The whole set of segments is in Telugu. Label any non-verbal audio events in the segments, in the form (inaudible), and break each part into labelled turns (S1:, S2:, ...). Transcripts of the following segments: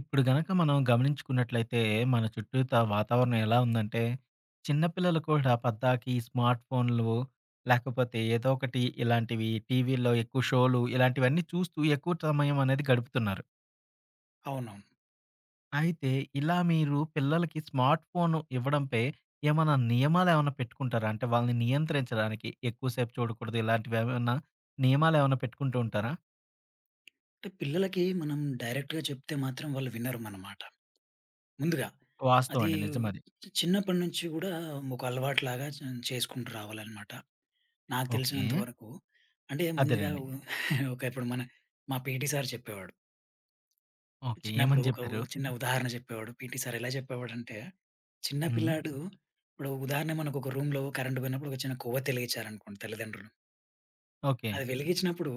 S1: ఇప్పుడు గనక మనం గమనించుకున్నట్లయితే, మన చుట్టూతా వాతావరణం ఎలా ఉందంటే, చిన్న పిల్లలు కూడా పద్దాకి స్మార్ట్ ఫోన్లు, లేకపోతే ఏదో ఒకటి ఇలాంటివి టీవీల్లో ఎక్కువ షోలు ఇలాంటివన్నీ చూస్తూ ఎక్కువ సమయం అనేది గడుపుతున్నారు.
S2: అవునవును.
S1: అయితే ఇలా మీరు పిల్లలకి స్మార్ట్ ఫోను ఇవ్వడంపై ఏమన్నా నియమాలేమన్నా పెట్టుకుంటారా? అంటే వాళ్ళని నియంత్రించడానికి ఎక్కువ సేపు చూడకూడదు ఇలాంటివేమన్నా నియమాలేమన్నా పెట్టుకుంటూ ఉంటారా?
S2: అంటే పిల్లలకి మనం డైరెక్ట్‌గా చెప్తే మాత్రం వాళ్ళు వినరు మన మాట. ముందుగా
S1: వాస్తవం
S2: అది
S1: అండి. నిజమది.
S2: చిన్నప్పటి నుంచి గూడా ఒక అలవాటులాగా చేసుకుంటూ రావాలనమాట. నాకు
S1: ఓకే.
S2: తెలిసినంత వరకు. అంటే ముందుగా
S1: అదేనండి.
S2: (laughs) ఒక ఇప్పుడు మా పీటీ సార్ చెప్పేవాడు.
S1: ఓకే.
S2: చిన్నప్పుడు
S1: ఏమని
S2: ఒక
S1: చెప్పారు?
S2: చిన్న ఉదాహరణ చెప్పేవాడు. పీటీ సార్ ఎలా చెప్పేవాడంటే, చిన్న
S1: హ్మ్.
S2: పిల్లాడు ఇప్పుడు ఉదాహరణ మనకు ఒక రూమ్‌లో కరెంట్ పోయినప్పుడు ఒక చిన్న కొవ్వొత్తి వెలిగించారనుకోండి తల్లిదండ్రులు.
S1: ఓకే.
S2: అది వెలిగించినప్పుడు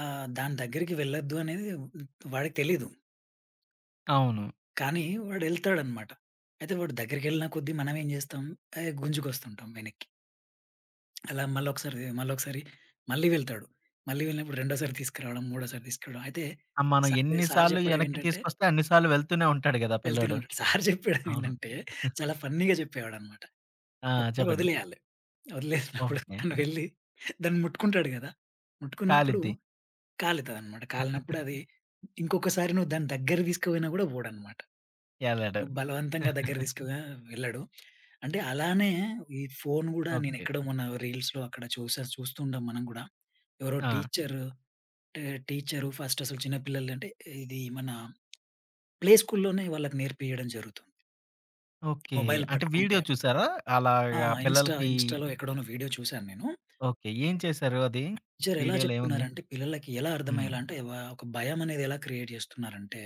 S2: దాని దగ్గరికి వెళ్ళొద్దు అనేది వాడికి తెలీదు.
S1: అవును.
S2: కానీ వాడెళ్తాడనమాట. అయితే వాడు దగ్గరికెళ్ళిన కొద్దీ మనమేం జేస్తాం, ఏ గుంజుకొస్తుంటాం వెనక్కి. అలా మళ్ళొకసారి, మళ్ళీ ఒకసారి మళ్ళీ వెళ్తాడు. మళ్ళీ వెళ్ళినప్పుడు రెండోసారి తీసుకురావడం, మూడోసారి తీసుకురావడం. అయితే
S1: ఆ! మనం
S2: సార్
S1: ఎన్ని
S2: సార్
S1: సార్లు
S2: జెప్పడం
S1: ఎనక్కి
S2: ఏంటంటే
S1: తీసుకొస్తే అన్ని సార్లు వెళ్తూనే ఉంటాడు గదా!
S2: వెళ్తూనే
S1: పిల్లోడు.
S2: ఉంటాడు. సార్ జెప్పడం
S1: అవును.
S2: ఏంటంటే చాలా ఫన్నీగా జెప్పేవాడనమాట.
S1: ఆ!
S2: ఒకసారి
S1: చెప్పండి.
S2: వదిలేయాలి. వదిలేసినప్పుడు
S1: ఓకే.
S2: తను వెళ్ళి దాన్ని ముట్టుకుంటాడు గదా! ముట్టుకున్నప్పుడు
S1: కాలిద్ది.
S2: కాలుతదనమాట. కాలినప్పుడు అది ఇంకొకసారి నువ్వు దాన్ని దగ్గర తీసుకుపోయినా గూడా బోడనమాట.
S1: ఎళ్ళడు.
S2: నువ్వు బలవంతంగా దగ్గర తీసుకుగా వెళ్ళడు. అంటే అలానే ఈ ఫోను గూడా
S1: ఓకే.
S2: నేనెక్కడో మొన్న రీల్స్‌లో అక్కడ చూస్తుంటాం మనం గూడా. ఎవరో
S1: ఆ!
S2: టీచరు అంటే టీచరు ఫస్ట్ అసలు చిన్న పిల్లలంటే ఇది మన ప్లే స్కూల్‌లోనే వాళ్ళకి నేర్పియడం జరుగుతుంది.
S1: ఓకే.
S2: మొబైల్
S1: అంటే
S2: పట్టుకుంటే
S1: వీడియో చూసారా?
S2: ఆ!
S1: అలాగా
S2: ఇన్‌స్టా
S1: పిల్లలకి
S2: ఇన్‌స్టాలో ఎక్కడోనో వీడియో చూశాను నేను.
S1: ఓకే. ఏం చేశారు అది?
S2: టీచర్ ఎలా
S1: వీడియోలో ఏముంది?
S2: చెప్తున్నారంటే పిల్లలకి ఎలా
S1: హ్మ్.
S2: అర్థమయ్యేలా అంటే ఒక భయం అనేది ఎలా క్రియేట్ చేస్తున్నారంటే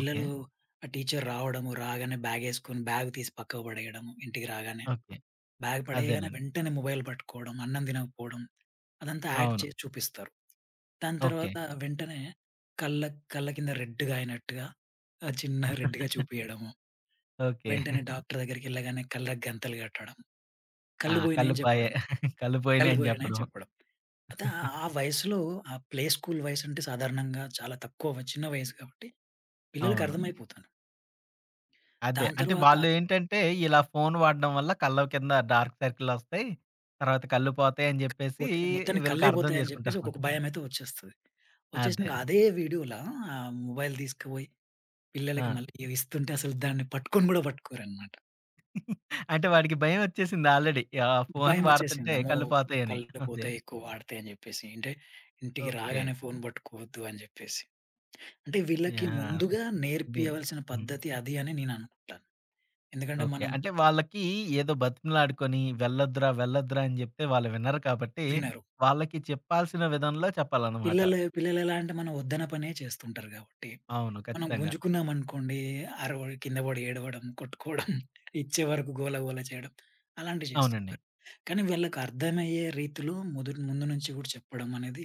S1: ఓకే.
S2: ఆ టీచర్ రావడము, రాగానే బ్యాగేసుకొని బ్యాగ్ తీసి పక్కకు పడేయడము ఇంటికి రాగానే.
S1: ఓకే.
S2: బ్యాగ్ పడేయగానే
S1: అదేనండి.
S2: వెంటనే మొబైల్ పట్టుకోవడం, అన్నం తినకపోవడం అదంతా యాక్ట్
S1: అవును.
S2: చేసి చూపిస్తారు. దాని
S1: ఓకే.
S2: తర్వాత వెంటనే కళ్ళ కళ్ళ కింద రెడ్‌గా అయినట్టుగా చిన్న రెడ్‌గా చూపియడము.
S1: ఓకే.
S2: వెంటనే డాక్టర్ దగ్గరికెళ్ళగానే కళ్ళకి గంతలు కట్టడం.
S1: ఆ!
S2: కళ్ళు
S1: కళ్ళు
S2: పోయినాయని
S1: పాయే.
S2: చెప్పడం.
S1: కళ్ళు
S2: కళ్ళు
S1: పోయినాయి అని
S2: పోయినాయని
S1: చెప్పడం.
S2: చెప్పడం. అయితే ఆ ఆ వయసులో ఆ ప్లే స్కూల్ వయసు అంటే సాధారణంగా చాలా తక్కువ చిన్న వయసు కాబట్టి పిల్లలకి
S1: అవును.
S2: అర్థమైపోతుంది.
S1: అదే.
S2: దాని
S1: అంటే
S2: తర్వాత
S1: వాళ్ళేంటంటే, ఇలా ఫోను వాడడం వల్ల కళ్ళ కింద డార్క్ సర్కిలొస్తాయి. తర్వాత కళ్ళు పోతాయని జెప్పేసి
S2: పోతే మొత్తానికి
S1: వీళ్ళకి
S2: కళ్ళే
S1: అర్థం
S2: పోతాయని చెప్పేసి
S1: జేసుకుంటారనమాట.
S2: ఒక భయమైతే వచ్చేస్తది.
S1: అదే.
S2: వచ్చేసినాక అదే వీడియోలా ఆ మొబైల్ తీసుకుపోయి
S1: ఆ!
S2: పిల్లలకి మళ్ళీ ఇవిస్తుంటే అసలు దాన్ని పట్టుకొని గూడా పట్టుకోరనమాట.
S1: అంటే వాడికి భయమొచ్చేసింది ఆల్రెడీ. ఆహ్, ఫోను
S2: భయమొచ్చేసింది.
S1: వాడుతుంటే
S2: అమ్మో!
S1: కళ్ళు పోతాయని.
S2: కళ్ళు
S1: అదే.
S2: పోతాయి ఎక్కువ వాడితే అని జెప్పేసి. అంటే ఇంటికి
S1: ఓకే.
S2: రాగానే ఫోను పట్టుకోవద్దు అని జెప్పేసి. అంటే వీళ్ళకి
S1: యాహ్!
S2: ముందుగా
S1: ఇది.
S2: నేర్పియవలసిన
S1: హ్మ్.
S2: పద్ధతి అది అని నేననుకుంటాను. ఎందుకంటే
S1: ఓకే.
S2: మనం
S1: అంటే వాళ్ళకి ఏదో బతిమలాడుకొని వెళ్ళొద్దురా, వెళ్ళొద్దురా అని జెప్తే వాళ్ళు వినరు కాబట్టి,
S2: వినరు.
S1: వాళ్ళకి చెప్పాల్సిన విధంలో చెప్పాలనమాట.
S2: పిల్లలెలా అంటే మనం వద్దన పనే చేస్తుంటారు గాబట్టి,
S1: అవును.
S2: మనం
S1: ఖచ్చితంగా.
S2: గుంజుకున్నామనుకోండి అరవ కింద పడి ఏడవడం, కొట్టుకోవడం, (laughs) ఇచ్చే వరకు గోల గోల చేయడం అలాంటివి
S1: అవునండి.
S2: చేస్తుంటారు. కానీ వీళ్ళకి అర్థమయ్యే రీతిలో మొదటి ముందు నుంచి గూడా చెప్పడం అనేది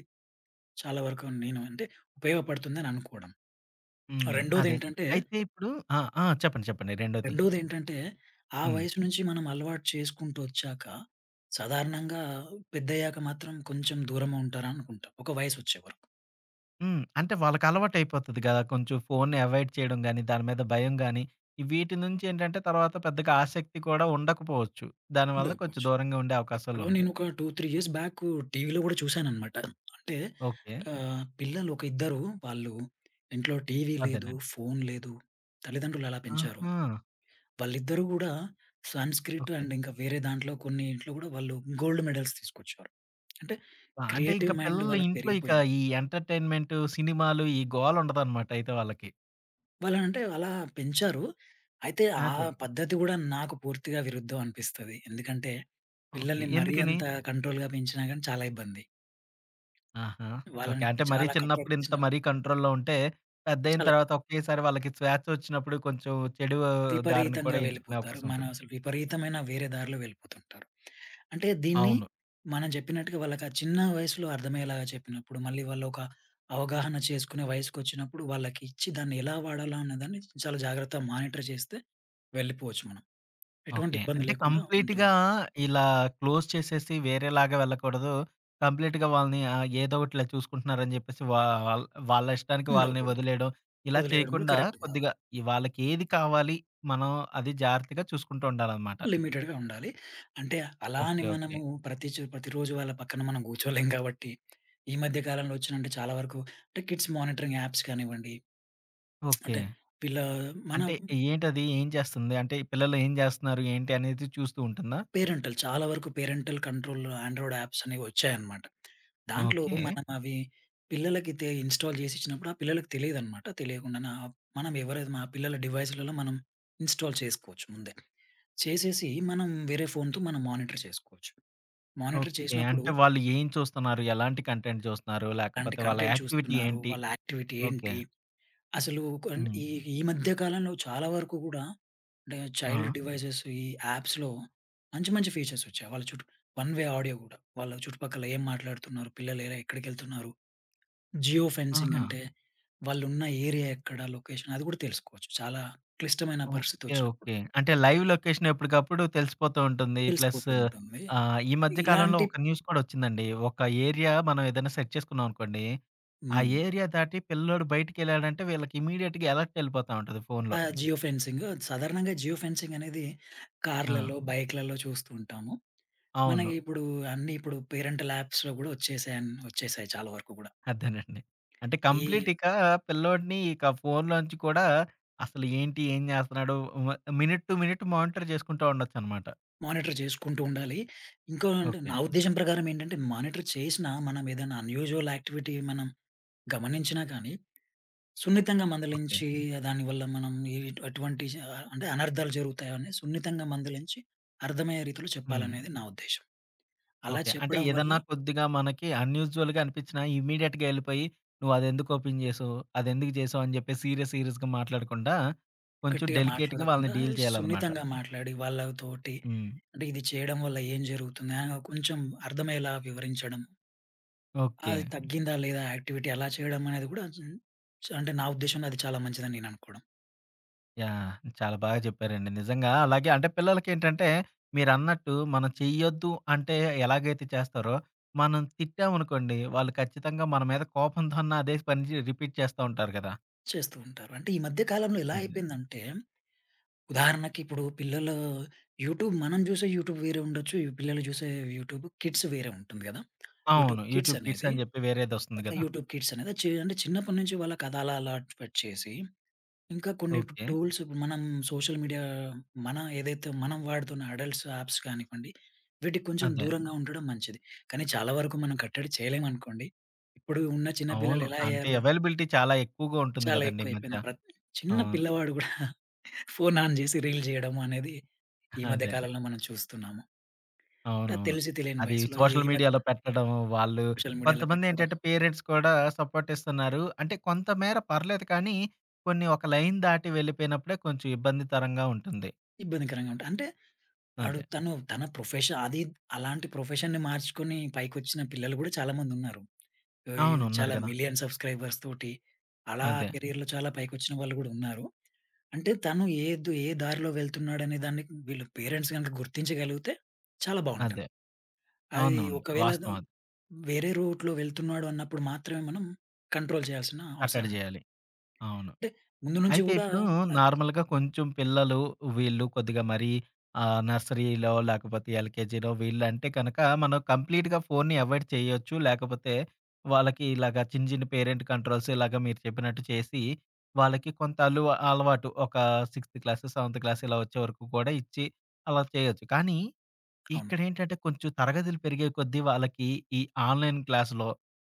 S2: చాలా వరకు నేను అంటే ఉపయోగపడుతుందని అనుకోవడం. హ్మ్.
S1: హ్మ్. అదే.
S2: రెండోదేంటంటే,
S1: అయితే ఇప్పుడు ఆ! ఆ! చెప్పండి. చెప్పండి. రెండోది.
S2: రెండోదేంటంటే ఆ
S1: హ్మ్.
S2: వయసు నుంచి మనం అలవాటు చేసుకుంటూ వచ్చాక సాధారణంగా పెద్దయ్యాక మాత్రం కొంచెం దూరం ఉంటారనుకుంటాం. ఒక వయసొచ్చే వరకు.
S1: హ్మ్. అంటే వాళ్ళకలవాటయిపోతది గదా! కొంచెం ఫోన్‌ని అవాయిడ్ చేయడం గాని, దాని మీద భయం గాని, వీటి నుంచి ఏంటంటే తర్వాత పెద్దగా ఆసక్తి కూడా ఉండకపోవచ్చు. దానివల్ల కొంచెం
S2: ఉండకపోవచ్చు.
S1: దూరంగా ఉండే
S2: ఎక్కడో నేను
S1: అవకాశాలుంటాయి.
S2: ఒక 2, 3 ఇయర్స్ బ్యాక్ టీవీలో కూడా చూసాననమాట. అంటే
S1: ఓకే.
S2: పిల్లలు ఒక ఇద్దరు వాళ్ళు ఇంట్లో టీవీ లేదు,
S1: అదేనండి.
S2: ఫోను లేదు. తల్లిదండ్రులు అలా పెంచారు.
S1: ఆహా!
S2: వాళ్ళిద్దరూ కూడా సంస్క్రిట్
S1: ఓకే.
S2: అండ్ ఇంకా వేరే దాంట్లో కొన్నిట్లో కూడా వాళ్ళు గోల్డ్ మెడల్స్ తీసుకొచ్చారు. అంటే
S1: ఆ! అంటే ఇంక
S2: క్రియేటివ్ మైండ్
S1: పిల్లలు
S2: వాళ్ళకి
S1: ఇంట్లో ఇక
S2: పెరిగిపోయింది.
S1: ఈ ఎంటర్‌టైన్‌మెంటు, సినిమాలు ఈ గోల ఉండదనమాట అయితే వాళ్ళకి.
S2: వాళ్ళనంటే అలా పెంచారు. అయితే ఆ
S1: అదే.
S2: పద్ధతి గూడా నాకు పూర్తిగా విరుద్ధం అనిపిస్తది. ఎందుకంటే
S1: ఓకే.
S2: పిల్లల్ని మరీ
S1: ఎందుకని?
S2: అంత కంట్రోల్‌గా పెంచినా గానీ చాలా ఇబ్బంది.
S1: ఆహా! ఓకే.
S2: వాళ్ళని
S1: అంటే మరీ
S2: చాలా కట్టడి
S1: చిన్నప్పుడు ఇంత
S2: చేసినా
S1: మరీ కంట్రోల్‌లో ఉంటే, పెద్దయిన
S2: చాలా
S1: తర్వాత
S2: ఇబ్బంది.
S1: ఒకేసారి వాళ్ళకి స్వేచ్ఛ వచ్చినప్పుడు కొంచెం చెడు దారిని
S2: విపరీతంగా
S1: కూడా ఎంచుకునే
S2: వెళ్ళిపోతారు.
S1: అవకాశం
S2: మనం
S1: ఉంటది.
S2: అసలు విపరీతమైన వేరే దారిలో వెళ్ళిపోతుంటారు. అంటే దీన్ని
S1: అవును.
S2: మనం చెప్పినట్టుగా వాళ్ళకి ఆ చిన్న వయసులో అర్థమయ్యేలాగా చెప్పినప్పుడు, మళ్ళీ వాళ్ళు ఒక అవగాహన చేసుకునే వయసుకొచ్చినప్పుడు వాళ్ళకి ఇచ్చి దాన్ని ఎలా వాడాలా అన్నదాన్ని చాలా జాగ్రత్తగా మానిటర్ చేస్తే వెళ్ళిపోవచ్చు మనం. ఎటువంటి
S1: ఓకే.
S2: ఇబ్బంది
S1: అంటే
S2: లేకుండా
S1: కంప్లీట్‌గా
S2: ఉంటుంది.
S1: ఇలా క్లోజ్ చేసేసి వేరేలాగా వెళ్ళకూడదు. కంప్లీట్‌గా వాళ్ళని ఆహ్, ఏదో ఒకటి ఇలా చూసుకుంటున్నారని చెప్పేసి వా వాళ్ వాళ్ళ ఇష్టానికి వాళ్ళని
S2: ఉండకూడదు.
S1: వదిలేయడం, ఇలా
S2: వదిలేయడం కూడా
S1: చేయకుండా
S2: కరెక్ట్ కాదు.
S1: కొద్దిగా ఈ వాళ్ళకి ఏది కావాలి, మనం అది జాగ్రత్తగా చూసుకుంటూ ఉండాలనమాట.
S2: లిమిటెడ్‌గా ఉండాలి. అంటే అలా అని
S1: ఓకే. ఓకే.
S2: మనము ప్రతిరోజు వాళ్ళ పక్కన మనం కూర్చోలేం కాబట్టి, ఈ మధ్య కాలంలో వచ్చిన అంటే చాలా వరకు అంటే కిడ్స్ మానిటరింగ్ యాప్స్ కానివ్వండి,
S1: ఓకే.
S2: అంటే వీళ్ళ మన
S1: అంటే ఏంటది? ఏం చేస్తుంది? అంటే ఈ పిల్లలు ఏం జేస్తున్నారు? ఏంటి అనేది చూస్తూ ఉంటుందా?
S2: పేరెంటల్. చాలా వరకు పేరెంటల్ కంట్రోల్‌లో ఆండ్రాయిడ్ యాప్స్ అనేవొచ్చాయన్నమాట. దాంట్లో
S1: ఓకే.
S2: మనం అవి పిల్లలకి ఇన్‌స్టాల్ చేసి ఇచ్చినప్పుడు ఆ పిల్లలకి తెలీదన్నమాట. తెలియకుండానే మనం ఎవరైతే మన పిల్లల డివైస్‌లలో మనం ఇన్‌స్టాల్ చేసుకోవచ్చు ముందే. చేసేసి మనం వేరే ఫోన్‌తో మనం మానిటర్ చేసుకోవచ్చు. Monitor
S1: okay.
S2: చేసినప్పుడు
S1: అంటే వాళ్ళు ఏం చూస్తున్నారు? ఎలాంటి కంటెంట్ చూస్తున్నారు?
S2: ఎలాంటి
S1: లేకపోతే వాళ్ళ
S2: కంటెంట్
S1: యాక్టివిటీ
S2: చూస్తున్నారు?
S1: ఏంటి?
S2: వాళ్ళ యాక్టివిటీ
S1: ఓకే.
S2: ఏంటి? అసలు
S1: హ్మ్.
S2: ఈ ఈ మధ్య కాలంలో చాలా వరకు కూడా అంటే
S1: ఆ!
S2: చైల్డ్ డివైసెస్ ఈ యాప్స్‌లో మంచి మంచి ఫీచర్స్ వచ్చాయి. వాళ్ళ చుట్టూ వన్ వే ఆడియో గూడా. వాళ్ళ చుట్టుపక్కల ఏం మాట్లాడుతున్నారు? పిల్లలు ఎలా ఎక్కడికెళ్తున్నారు? జియో ఫెన్సింగ్
S1: ఆహా!
S2: అంటే వాళ్ళున్న ఏరియా ఎక్కడ? లొకేషన్ అది కూడా తెలుసుకోవచ్చు. చాలా క్లిష్టమైన పరిస్థితి
S1: ఓకే.
S2: వచ్చినప్పుడు
S1: ఓకే. అంటే లైవ్ లొకేషన్ ఎప్పటికప్పుడు తెలిసిపోతూ ఉంటుంది. ప్లస్
S2: తెలిసిపోతూ ఉంటుంది.
S1: ఆహ్, ఈ మధ్య కాలంలో
S2: ఇలాంటి
S1: ఒక న్యూస్ కూడా వచ్చిందండి. ఒక ఏరియా మనం ఏదైనా సెట్ చేసుకున్నాం అనుకోండి. ఆ
S2: హ్మ్.
S1: ఏరియా దాటి పిల్లోడు బయటికెళ్ళాడంటే వీళ్ళకి ఇమ్మీడియేట్‌గా అలర్ట్ ఎళ్ళిపోతా ఉంటది ఫోన్‌లో.
S2: ఆ జియో ఫెన్సింగ్ సాధారణంగా జియో ఫెన్సింగ్ అనేది
S1: ఆ!
S2: కార్లలో, బైక్‌లలో చూస్తూ ఉంటాము.
S1: అవును.
S2: మనకి ఇప్పుడు అన్నీ ఇప్పుడు పేరెంటల్ యాప్స్‌లో గూడా వచ్చేసాయి చాలా వరకు గూడా.
S1: అదేనండి. అంటే
S2: ఈ
S1: కంప్లీట్ ఇక పిల్లోడిని ఇక ఫోన్‌లోంచి కూడా అసలు ఏంటి? ఏం జేస్తన్నాడు? మ మినిట్ టు మినిట్ మానిటర్ చేసుకుంటూ ఉండొచ్చనమాట.
S2: మానిటర్ చేసుకుంటూ ఉండాలి. ఇంకో అంటే
S1: ఓకే.
S2: నా ఉద్దేశ్యం ప్రకారం ఏంటంటే, మానిటర్ చేసినా మనం ఏదైనా అన్యూజువల్ యాక్టివిటీ మనం గమనించినా కానీ, సున్నితంగా
S1: ఓకే.
S2: మందలించి దానివల్ల మనం ఎటువంటి అంటే అనర్థాలు జరుగుతాయని సున్నితంగా మందలించి అర్థమయ్యే రీతిలో
S1: హ్మ్.
S2: చెప్పాలనేది నా ఉద్దేశ్యం. అలా
S1: ఓకే. అంటే
S2: చెప్పడం వల్ల
S1: ఏదన్నా కొద్దిగా మనకి అన్‌యూజువల్‌గా అనిపించినా ఇమ్మీడియేట్‌గా ఎళ్ళిపోయి "నువ్వు అదెందుకు ఓపెన్ జేసావు? అదెందుకు జేసావు?" అని జెప్పేసి సీరియస్ సీరియస్‌గా మాట్లాడకుండా కొంచెం
S2: గట్టిగా
S1: డెలికేట్‌గా వాళ్ళని
S2: మాట్లాడకుండా
S1: డీల్ చేయాలనమాట.
S2: సున్నితంగా మాట్లాడి వాళ్ళతోటి
S1: హ్మ్.
S2: అంటే ఇది చేయడం వల్ల ఏం జరుగుతుంది అని కొంచెం అర్థమయ్యేలా వివరించడం
S1: ఓకే.
S2: అది తగ్గిందా లేదా యాక్టివిటీ అలా చేయడం అనేది కూడా హ్మ్, అంటే నా ఉద్దేశంలో అది చాలా మంచిదని నేను అనుకోవడం.
S1: యాహ్! చాలా బాగా చెప్పారండి. నిజంగా అలాగే అంటే పిల్లలకేంటంటే మీరన్నట్టు మనం చెయ్యొద్దు అంటే ఎలాగైతే చేస్తారో, మనం తిట్టామనుకోండి వాళ్ళు ఖచ్చితంగా మన మీద కోపంతో అన్న అదే పని రిపీట్ చేస్తా ఉంటారు కదా!
S2: చేస్తూ ఉంటారు. అంటే ఈ మధ్య కాలంలో ఎలా
S1: అదే.
S2: అయిపోయిందంటే ఉదాహరణకి ఇప్పుడు పిల్లలు యూట్యూబ్ మనం చూసే యూట్యూబ్ వేరే ఉండొచ్చు. ఈ పిల్లలు చూసే యూట్యూబ్ కిడ్స్ వేరే ఉంటుంది కదా! యూట్యూబ్
S1: అవును.
S2: కిడ్స్
S1: యూట్యూబ్ కిడ్స్
S2: అనేది
S1: అని చెప్పి వేరేదొస్తుంది కదా!
S2: యూట్యూబ్ కిడ్స్ అనేది అంటే చిన్నప్పటి నుంచి వాళ్ళకి అది అలా అలవాటు చేసి ఇంకా కొన్ని ఇప్పుడు
S1: ఓకే.
S2: టూల్స్ ఇప్పుడు మనం సోషల్ మీడియా మనం ఏదైతే మనం వాడుతున్న అడల్ట్స్ యాప్స్ కానివ్వండి, వీటికి కొంచెం
S1: అదే.
S2: దూరంగా ఉండడం మంచిది. కానీ చాలా వరకు మనం కట్టడి చేయలేమనుకోండి. ఇప్పుడు ఉన్న చిన్న పిల్లలు
S1: అవును.
S2: ఎలా
S1: అంటే
S2: అయ్యారు?
S1: అవైలబిలిటీ చాలా ఎక్కువగా ఉంటుంది
S2: చాలా
S1: కదండీ! ఈ మధ్య.
S2: ఎక్కువైపోయింది. చిన్న
S1: అవును.
S2: పిల్లవాడు గూడా (laughs) ఫోన్ ఆన్ జేసి రీల్ జేయడం అనేది ఈ మధ్య
S1: అదే.
S2: కాలంలో మనం చూస్తున్నాము. అంటే
S1: అవునవును.
S2: తెలిసి తెలియని
S1: అది
S2: వయసులో
S1: సోషల్
S2: ఈ మధ్య
S1: మీడియాలో పెట్టడం. వాళ్ళు
S2: సోషల్ మీడియాలో పెట్టడం
S1: కొంతమందేంటంటే పేరెంట్స్ కూడా సపోర్ట్ ఇస్తున్నారు. అంటే కొంత మేర పర్లేదు కానీ, కొన్ని ఒక లైన్ దాటి వెళ్ళిపోయినప్పుడే కొంచెం ఇబ్బందితరంగా ఉంటుంది.
S2: ఇబ్బందికరంగా ఉంటది. అంటే
S1: అదే.
S2: తను తన ప్రొఫెషన్ అది అలాంటి ప్రొఫెషన్‌ని మార్చుకొని పైకొచ్చిన పిల్లలు గూడా చాలామందున్నారు.
S1: అవును.
S2: ఇవి
S1: ఉన్నారు
S2: చాలా
S1: గదా!
S2: మిలియన్ సబ్‌స్క్రైబర్స్ తోటి అలా
S1: అదే.
S2: కెరియర్‌లో చాలా పైకొచ్చిన వాళ్ళు గూడా ఉన్నారు. అంటే తను ఏ దారిలో వెళ్తున్నాడనే దాన్ని వీళ్ళ పేరెంట్స్ గనక గుర్తించగలిగితే చాలా
S1: అదే.
S2: బావుంటుంది. అది
S1: అవునవును.
S2: ఒకవేళ
S1: వాస్తవం అది.
S2: వేరే రూట్‌లో వెళ్తున్నాడు అన్నప్పుడు మాత్రమే మనం కంట్రోల్ చేయాల్సిన అవసరం.
S1: కట్టడి
S2: ఉంది.
S1: జేయాలి. అవును.
S2: అంటే ముందు నుంచి
S1: అయితే
S2: గూడా
S1: ఇప్పుడు
S2: ఆహ్,
S1: నార్మల్‌గా కొంచెం పిల్లలు వీళ్ళు కొద్దిగా మరి ఆహ్, నర్సరీలో లేకపోతే ఎల్‌కేజీలో వీళ్ళంటే కనుక మనం కంప్లీట్‌గా ఫోన్‌ని అవాయిడ్ చేయొచ్చు. లేకపోతే వాళ్ళకి ఇలాగ చిన్న చిన్న పేరెంట్ కంట్రోల్స్ ఇలాగ మీరు చెప్పినట్టు చేసి వాళ్ళకి కొంత అలవాటు ఒక సిక్స్త్ క్లాస్, సెవెంత్ క్లాస్ ఇలా వచ్చే వరకు కూడా ఇచ్చి అలా చేయొచ్చు. కానీ
S2: అవును.
S1: ఇక్కడేంటంటే కొంచెం తరగతులు పెరిగే కొద్దీ వాళ్ళకి ఈ ఆన్‌లైన్ క్లాస్‌లో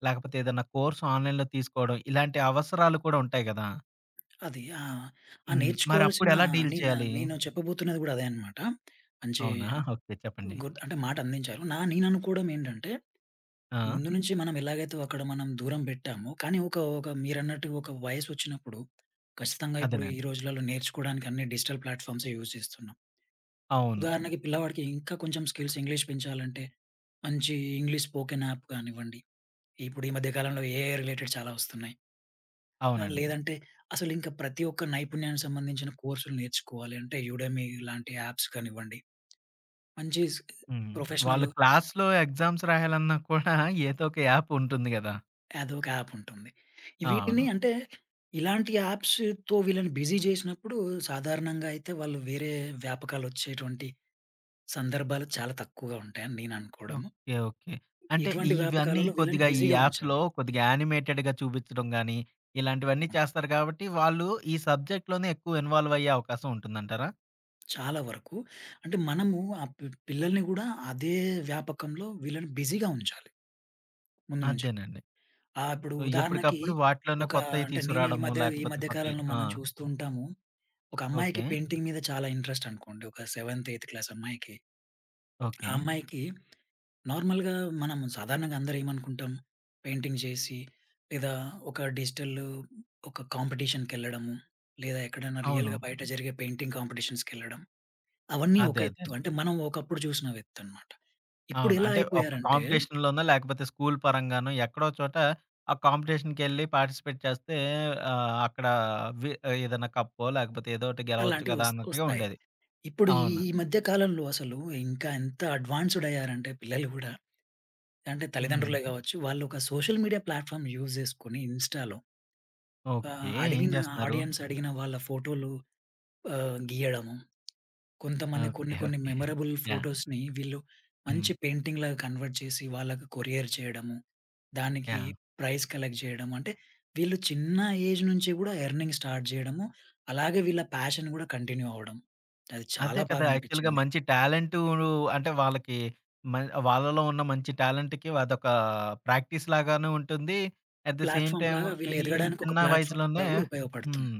S1: లేకపోతే ఏదైనా కోర్స్ ఆన్‌లైన్‌లో తీసుకోవడం ఇలాంటి అవసరాలు కూడా ఉంటాయి గదా!
S2: అది. ఆ! ఆ
S1: హ్మ్.
S2: నేర్చుకోవాల్సిన
S1: మరప్పుడెలా డీల్
S2: నేను
S1: చేయాలి?
S2: నేను చెప్పబోతున్నది గూడా అదే అన్నమాట. మంచి
S1: అవునా? ఓకే. చెప్పండి.
S2: గుడ్ అంటే మాట అందించారు. నేను అనుకోవడం ఏంటంటే,
S1: ఆ!
S2: ముందు నుంచి మనం ఎలాగైతే అక్కడ మనం దూరం పెట్టామో, కానీ ఒక ఒక మీరన్నట్టు ఒక వయసొచ్చినప్పుడు ఖచ్చితంగా ఇప్పుడు ఈ
S1: అదేనండి.
S2: రోజులలో నేర్చుకోవడానికి అన్ని డిజిటల్ ప్లాట్‌ఫార్మ్సే యూజ్ చేస్తున్నాం.
S1: అవును.
S2: ఉదాహరణకి పిల్లవాడికి ఇంకా కొంచెం స్కిల్స్ ఇంగ్లీష్ పెంచాలంటే, మంచి ఇంగ్లీష్ స్పోకెన్ యాప్ కానివ్వండి, ఇప్పుడు ఈ మధ్య కాలంలో ఏఐ రిలేటెడ్ చాలా వస్తున్నాయి. ఆ!
S1: అవునండి.
S2: లేదంటే అసలింక ప్రతి ఒక్క నైపుణ్యానికి సంబంధించిన కోర్సులు నేర్చుకోవాలి. అంటే యుడమీ లాంటి యాప్స్ కానివ్వండి, మంచి
S1: హ్మ్.
S2: ప్రొఫెషనల్
S1: వాళ్ళు క్లాస్‌లో ఎగ్జామ్స్ రాయాలన్నా కూడా ఏదో ఒక యాప్ ఉంటుంది గదా!
S2: అదొక యాప్ ఉంటుంది. ఈ వీటిని
S1: అవును.
S2: అంటే ఇలాంటి యాప్స్‌తో వీళ్ళని బిజీ చేసినప్పుడు సాధారణంగా అయితే వాళ్ళు వేరే వ్యాపకాలొచ్చేటువంటి సందర్భాలు చాలా తక్కువగా ఉంటాయని నేను అనుకోవడము.
S1: ఓకే. ఓకే. అంటే
S2: ఇటువంటి
S1: ఇవన్నీ
S2: వ్యాపకాలలో వీళ్ళని
S1: కొద్దిగా ఈ
S2: బిజీగా ఉంచాలి.
S1: యాప్స్‌లో కొద్దిగా యానిమేటెడ్‌గా చూపించడం గాని, ఇలాంటివన్నీ
S2: అవును.
S1: చేస్తారు కాబట్టి, వాళ్ళు ఈ సబ్జెక్ట్‌లోనే ఎక్కువ ఇన్వాల్వ్ అయ్యే అవకాశం ఉంటుందంటారా?
S2: చాలా వరకు. అంటే మనము ఆ పిల్లల్ని గూడా అదే వ్యాపకంలో వీళ్ళని బిజీగా ఉంచాలి ముందు నుంచే.
S1: అదేనండి.
S2: ఆ! ఇప్పుడు
S1: సో,
S2: ఉదాహరణకి
S1: ఎప్పటికప్పుడు వాటిలోనే
S2: ఒక
S1: కొత్తయి
S2: అంటే నేను ఈ
S1: తీసుకురావడము,
S2: మధ్య ఈ
S1: లేకపోతే
S2: మధ్య
S1: కొత్తయి
S2: కాలంలో
S1: ఆ!
S2: మనం చూస్తూ ఉంటాము. ఒక అమ్మాయికి
S1: ఓకే.
S2: పెయింటింగ్ మీద చాలా ఇంట్రెస్ట్ అనుకోండి. ఒక సెవెంత్, ఎయిత్ క్లాస్ అమ్మాయికి. ఆ
S1: ఓకే.
S2: అమ్మాయికి నార్మల్‌గా మనం సాధారణంగా అందరూ ఏమనుకుంటాం పెయింటింగ్ చేసి లేదా ఒక డిజిటల్ ఒక కాంపిటీషన్‌కెళ్ళడము, లేదా ఎక్కడైనా
S1: అవును.
S2: రియల్‌గా బయట జరిగే పెయింటింగ్ కాంపిటీషన్స్‌కెళ్ళడం అవన్నీ ఒక
S1: అదే. అదే.
S2: ఎత్తు. అంటే మనం ఒకప్పుడు చూసిన ఎత్తు అన్నమాట. ఇప్పుడు
S1: అవును.
S2: ఎలా
S1: అంటే ఒక
S2: అయిపోయారంటే
S1: కాంపిటీషన్‌లోనో లేకపోతే స్కూల్ పరంగానో ఎక్కడో చోట ఆ కాంపిటీషన్‌కెళ్ళి పార్టిసిపేట్ చేస్తే ఆహ్, అక్కడ వి ఏదైనా కప్పో లేకపోతే ఏదో ఒకటి గెలవచ్చు
S2: అలాంటివి
S1: కదా! అన్నట్టుగా
S2: వస్తాయి.
S1: ఉండేది.
S2: ఇప్పుడు ఈ
S1: అవును.
S2: ఈ మధ్య కాలంలో అసలు ఇంకా ఎంత అడ్వాన్స్‌డ్ అయ్యారంటే పిల్లలు గూడా, అంటే
S1: హ్మ్.
S2: తల్లిదండ్రులే గావచ్చు, వాళ్ళు ఒక సోషల్ మీడియా ప్లాట్‌ఫార్మ్ యూజ్ జేసుకొని ఇన్‌స్టాలో ఆహ్,
S1: ఓకే. ఏం
S2: అడిగిన
S1: చేస్తున్నారు?
S2: ఆడియన్స్ అడిగిన వాళ్ళ ఫోటోలు గీయడము. కొంతమంది కొన్ని
S1: ఓకే.
S2: కొన్ని
S1: ఓకే.
S2: Memorable
S1: yeah!
S2: ఫోటోస్‌ని వీళ్ళు
S1: హ్మ్.
S2: మంచి పెయింటింగ్‌లాగా కన్వర్ట్ చేసి వాళ్ళకి కొరియర్ చేయడము. దానికి
S1: యాహ్!
S2: ప్రైజ్ కలెక్ట్ జేయడం. అంటే వీళ్ళు చిన్న ఏజ్ నుంచి గూడా ఎర్నింగ్ స్టార్ట్ జేయడము. అలాగే వీళ్ళ ప్యాషన్ గూడా కంటిన్యూ అవ్వడం. అది చాలా
S1: అదే కదా!
S2: బాగా
S1: యాక్చువల్‌గా
S2: అనిపించింది.
S1: మంచి టాలెంటు అంటే వాళ్ళకి మ వాళ్ళలో ఉన్న మంచి టాలెంట్‌కి అదొక ప్రాక్టీస్ లాగాను ఉంటుంది. At the same
S2: platform
S1: time
S2: లాగా వీళ్ళు
S1: ఈ
S2: ఎదగడానికి ఒక
S1: చిన్న
S2: ప్లాట్‌ఫార్మ్‌గా
S1: వయసులోనే
S2: గూడా ఉపయోగపడుతుంది.
S1: హ్మ్.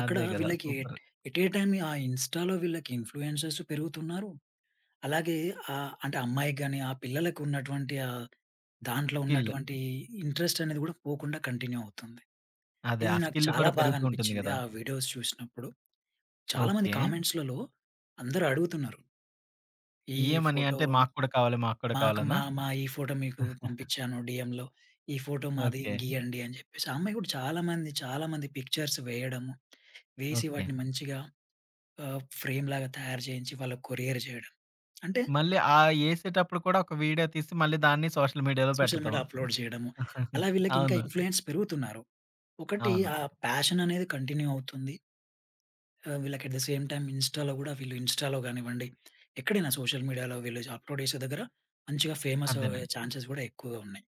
S2: అక్కడ
S1: అదే కదా!
S2: వీళ్ళకి
S1: super.
S2: At at a time ఆ ఇన్‌స్టా‌లో వీళ్ళకి ఇన్‌ఫ్లుయెన్సర్స్ పెరుగుతున్నారు. అలాగే అంటే అమ్మాయికి గాని, ఆ పిల్లలకు ఉన్నటువంటి దాంట్లో
S1: స్కిల్.
S2: ఉన్నటువంటి ఇంట్రెస్ట్ అనేది గూడా పోకుండా కంటిన్యూ అవుతుంది.
S1: అదే.
S2: ఇది
S1: ఆ
S2: నాకు
S1: స్కిల్
S2: చాలా
S1: కూడా
S2: బాగా
S1: పెరుగుతూ ఉంటుంది
S2: అనిపిచ్చింది.
S1: గదా!
S2: ఆ వీడియోస్ చూసినప్పుడు. చాలా మంది
S1: ఓకే.
S2: కామెంట్స్‌లలో అందరూ అడుగుతున్నారు. ఈ
S1: ఇయ్యమని
S2: ఫోటో
S1: అంటే మాకు కూడా కావాలి, మాకు కూడా
S2: మాకు
S1: కావాలనా?
S2: మా మా ఈ ఫోటో మీకు పంపించాను డీఎంలో. ఈ ఫోటో మాది
S1: ఓకే.
S2: గీయండి అని చెప్పేసి. ఆ అమ్మాయి కూడా చాలామంది, చాలామంది పిక్చర్స్ వేయడము, వేసి
S1: ఓకే.
S2: వాటిని మంచిగా ఫ్రేమ్‌లాగా తయారు చేయించి వాళ్ళకి కొరియర్ చేయడం. అంటే
S1: మళ్ళీ ఆ యేసేటప్పుడు కూడా ఒక వీడియో తీసి మళ్ళీ దాన్ని సోషల్ మీడియాలో
S2: సోషల్
S1: పెట్టటం.
S2: మీడియా అప్‌లోడ్ చేయడము. అలా
S1: (laughs)
S2: వీళ్ళకి ఇంకా
S1: అవును.
S2: ఇన్‌ఫ్లూయెన్స్ పెరుగుతున్నారు. ఒకటి
S1: అవును.
S2: ఆ ప్యాషన్ అనేది కంటిన్యూ అవుతుంది. వీళ్ళకి అట్ ద సేమ్ టైమ్ ఇన్‌స్టాలో కూడా వీళ్ళు ఇన్‌స్టాలో గానివ్వండి, ఎక్కడైనా సోషల్ మీడియాలో వీళ్ళు అప్‌లోడ్ చేసే దగ్గర మంచిగా ఫేమస్ అయ్యే
S1: అదేనండి.
S2: ఛాన్సెస్ కూడా ఎక్కువగా ఉన్నాయి.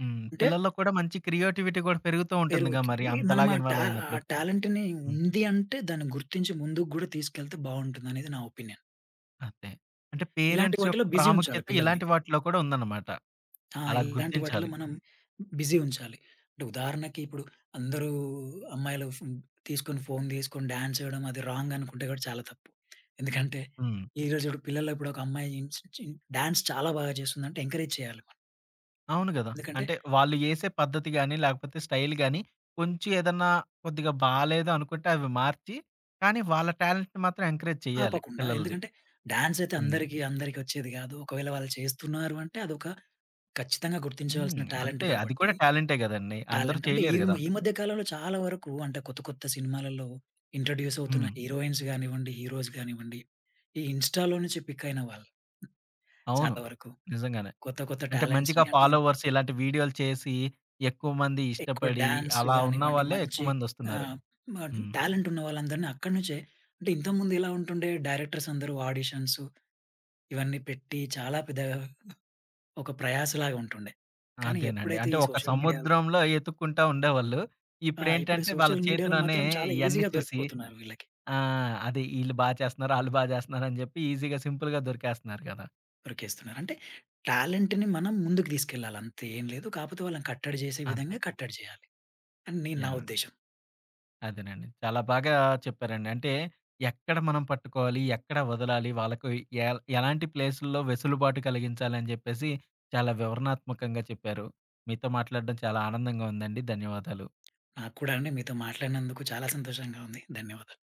S1: హ్మ్.
S2: అంటే
S1: పిల్లల్లో కూడా మంచి క్రియేటివిటీ కూడా పెరుగుతూ ఉంటుందిగా మరి
S2: పెరుగుతుంది. మనం
S1: అంతలాగా ఇన్వాల్వ్
S2: ఆ
S1: అయినప్పుడు.
S2: టాలెంట్‌ని
S1: హ్మ్.
S2: ఉంది అంటే దాన్ని గుర్తించి ముందుకు గూడా తీసుకెళ్తే బావుంటుందనేది నా ఒపీనియన్.
S1: అదే. అంటే
S2: ఇలాంటి
S1: పేరెంట్స్
S2: వాటిలో
S1: యొక్క
S2: బిజీ ఉంచాలి
S1: ప్రాముఖ్యత
S2: పిల్లల్ని.
S1: ఇలాంటి వాటిలో కూడా ఉందన్నమాట.
S2: ఆ!
S1: అలా
S2: ఇలాంటి వాటిలో
S1: గుర్తించాలి.
S2: మనం బిజీ ఉంచాలి. అంటే ఉదాహరణకి ఇప్పుడు అందరూ అమ్మాయిలు తీసుకొని ఫోను తీసుకొని డాన్స్ చేయడం అది రాంగ్ అనుకుంటే కూడా చాలా తప్పు. ఎందుకంటే
S1: హ్మ్.
S2: ఈరోజు ఇప్పుడు పిల్లల్లో ఇప్పుడు ఒక అమ్మాయి చి చి డాన్స్ చాలా బాగా చేస్తుందంటే ఎంకరేజ్ చేయాలి మనం.
S1: అవును గదా!
S2: ఎందుకంటే
S1: అంటే వాళ్ళు యేసే పద్ధతి గాని, లేకపోతే స్టైల్ గాని, కొంచెం ఏదన్నా కొద్దిగా బాలేదు అనుకుంటే అవి మార్చి, కానీ వాళ్ళ టాలెంట్‌ని మాత్రం ఎంకరేజ్ చేయాలి
S2: ఆపకుండా.
S1: పిల్లలది.
S2: ఎందుకంటే డాన్స్ అయితే
S1: హ్మ్.
S2: అందరికీ అందరికొచ్చేది గాదు. ఒకవేళ వాళ్ళు చేస్తున్నారు అంటే అదొక ఖచ్చితంగా
S1: హ్మ్.
S2: గుర్తించవలసిన టాలెంట్
S1: అంతే. అది
S2: కాబట్టి.
S1: కూడా టాలెంటే గదండీ! అందరూ
S2: టాలెంట్ అంటే ఈ
S1: చేయలేరు గదా!
S2: ఈ మధ్య కాలంలో చాలా వరకు అంటే కొత్త కొత్త సినిమాలలో ఇంట్రొడ్యూస్ అవుతున్న
S1: హ్మ్.
S2: హీరోయిన్స్ గానివ్వండి, హీరోస్ గానివ్వండి, ఈ ఇన్‌స్టాలో నుంచి పిక్ అయిన వాళ్ళు
S1: అవును.
S2: చాలా వరకు.
S1: నిజంగానే.
S2: కొత్త కొత్త
S1: అంటే మంచిగా
S2: టాలెంట్స్‌ని అంటే
S1: ఫాలోవర్స్ ఇలాంటి వీడియోలు చేసి, ఎక్కువ మంది
S2: ఎక్కువ
S1: ఇష్టపడి,
S2: డాన్స్
S1: అలా ఉన్న
S2: గానివ్వండి,
S1: వాళ్ళే
S2: మంచి
S1: ఎక్కువ మందొస్తున్నారు.
S2: ఆహ్, మ
S1: హ్మ్.
S2: టాలెంట్ ఉన్న వాళ్ళందరిని అక్కడి నుంచే అంటే ఇంతకుముందు ఎలా ఉంటుండే డైరెక్టర్స్ అందరూ ఆడిషన్స్ ఇవన్నీ పెట్టి చాలా పెద్ద ఒక ప్రయాసలాగా ఉంటుండే. కానీ
S1: అదేనండి.
S2: ఎప్పుడైతే
S1: అంటే
S2: ఈ
S1: ఒక
S2: సోషల్ మీడియాలో
S1: సముద్రంలో ఎతుక్కుంటా ఉండేవాళ్ళు.
S2: ఆ! ఇప్పుడు
S1: ఇప్పుడేంటంటే వాళ్ళ
S2: సోషల్ మీడియాలో
S1: చేతిలోనే
S2: మాత్రం చాలా
S1: ఇయన్నీ
S2: ఈజీగా
S1: చూసి
S2: దొరికిపోతున్నారు వీళ్ళకి.
S1: ఆ! అదే ఈళ్ళు బా చేస్తున్నారు, ఆళ్ళు బా చేస్తున్నారని జెప్పి ఈజీగా సింపుల్‌గా దొరికేస్తున్నారు కదా!
S2: దొరికేస్తున్నారు. అంటే టాలెంట్‌ని మనం ముందుకు తీసుకెళ్ళాలి అంతే ఏం లేదు. కాకపోతే వాళ్ళని కట్టడి చేసే
S1: అంతే.
S2: విధంగా కట్టడి చేయాలి. అని నేను నా
S1: యాహ్!
S2: ఉద్దేశ్యం.
S1: అదేనండి. చాలా బాగా చెప్పారండి. అంటే ఎక్కడ మనం పట్టుకోవాలి, ఎక్కడ వదలాలి, వాళ్ళకు ఎలాంటి ప్లేసుల్లో వెసులుబాటు కలిగించాలి అని జెప్పేసి చాలా వివరణాత్మకంగా చెప్పారు. మీతో మాట్లాడడం చాలా ఆనందంగా ఉందండి. ధన్యవాదాలు.
S2: నాకు కూడా అండి మీతో మాట్లాడినందుకు చాలా సంతోషంగా ఉంది. ధన్యవాదాలు.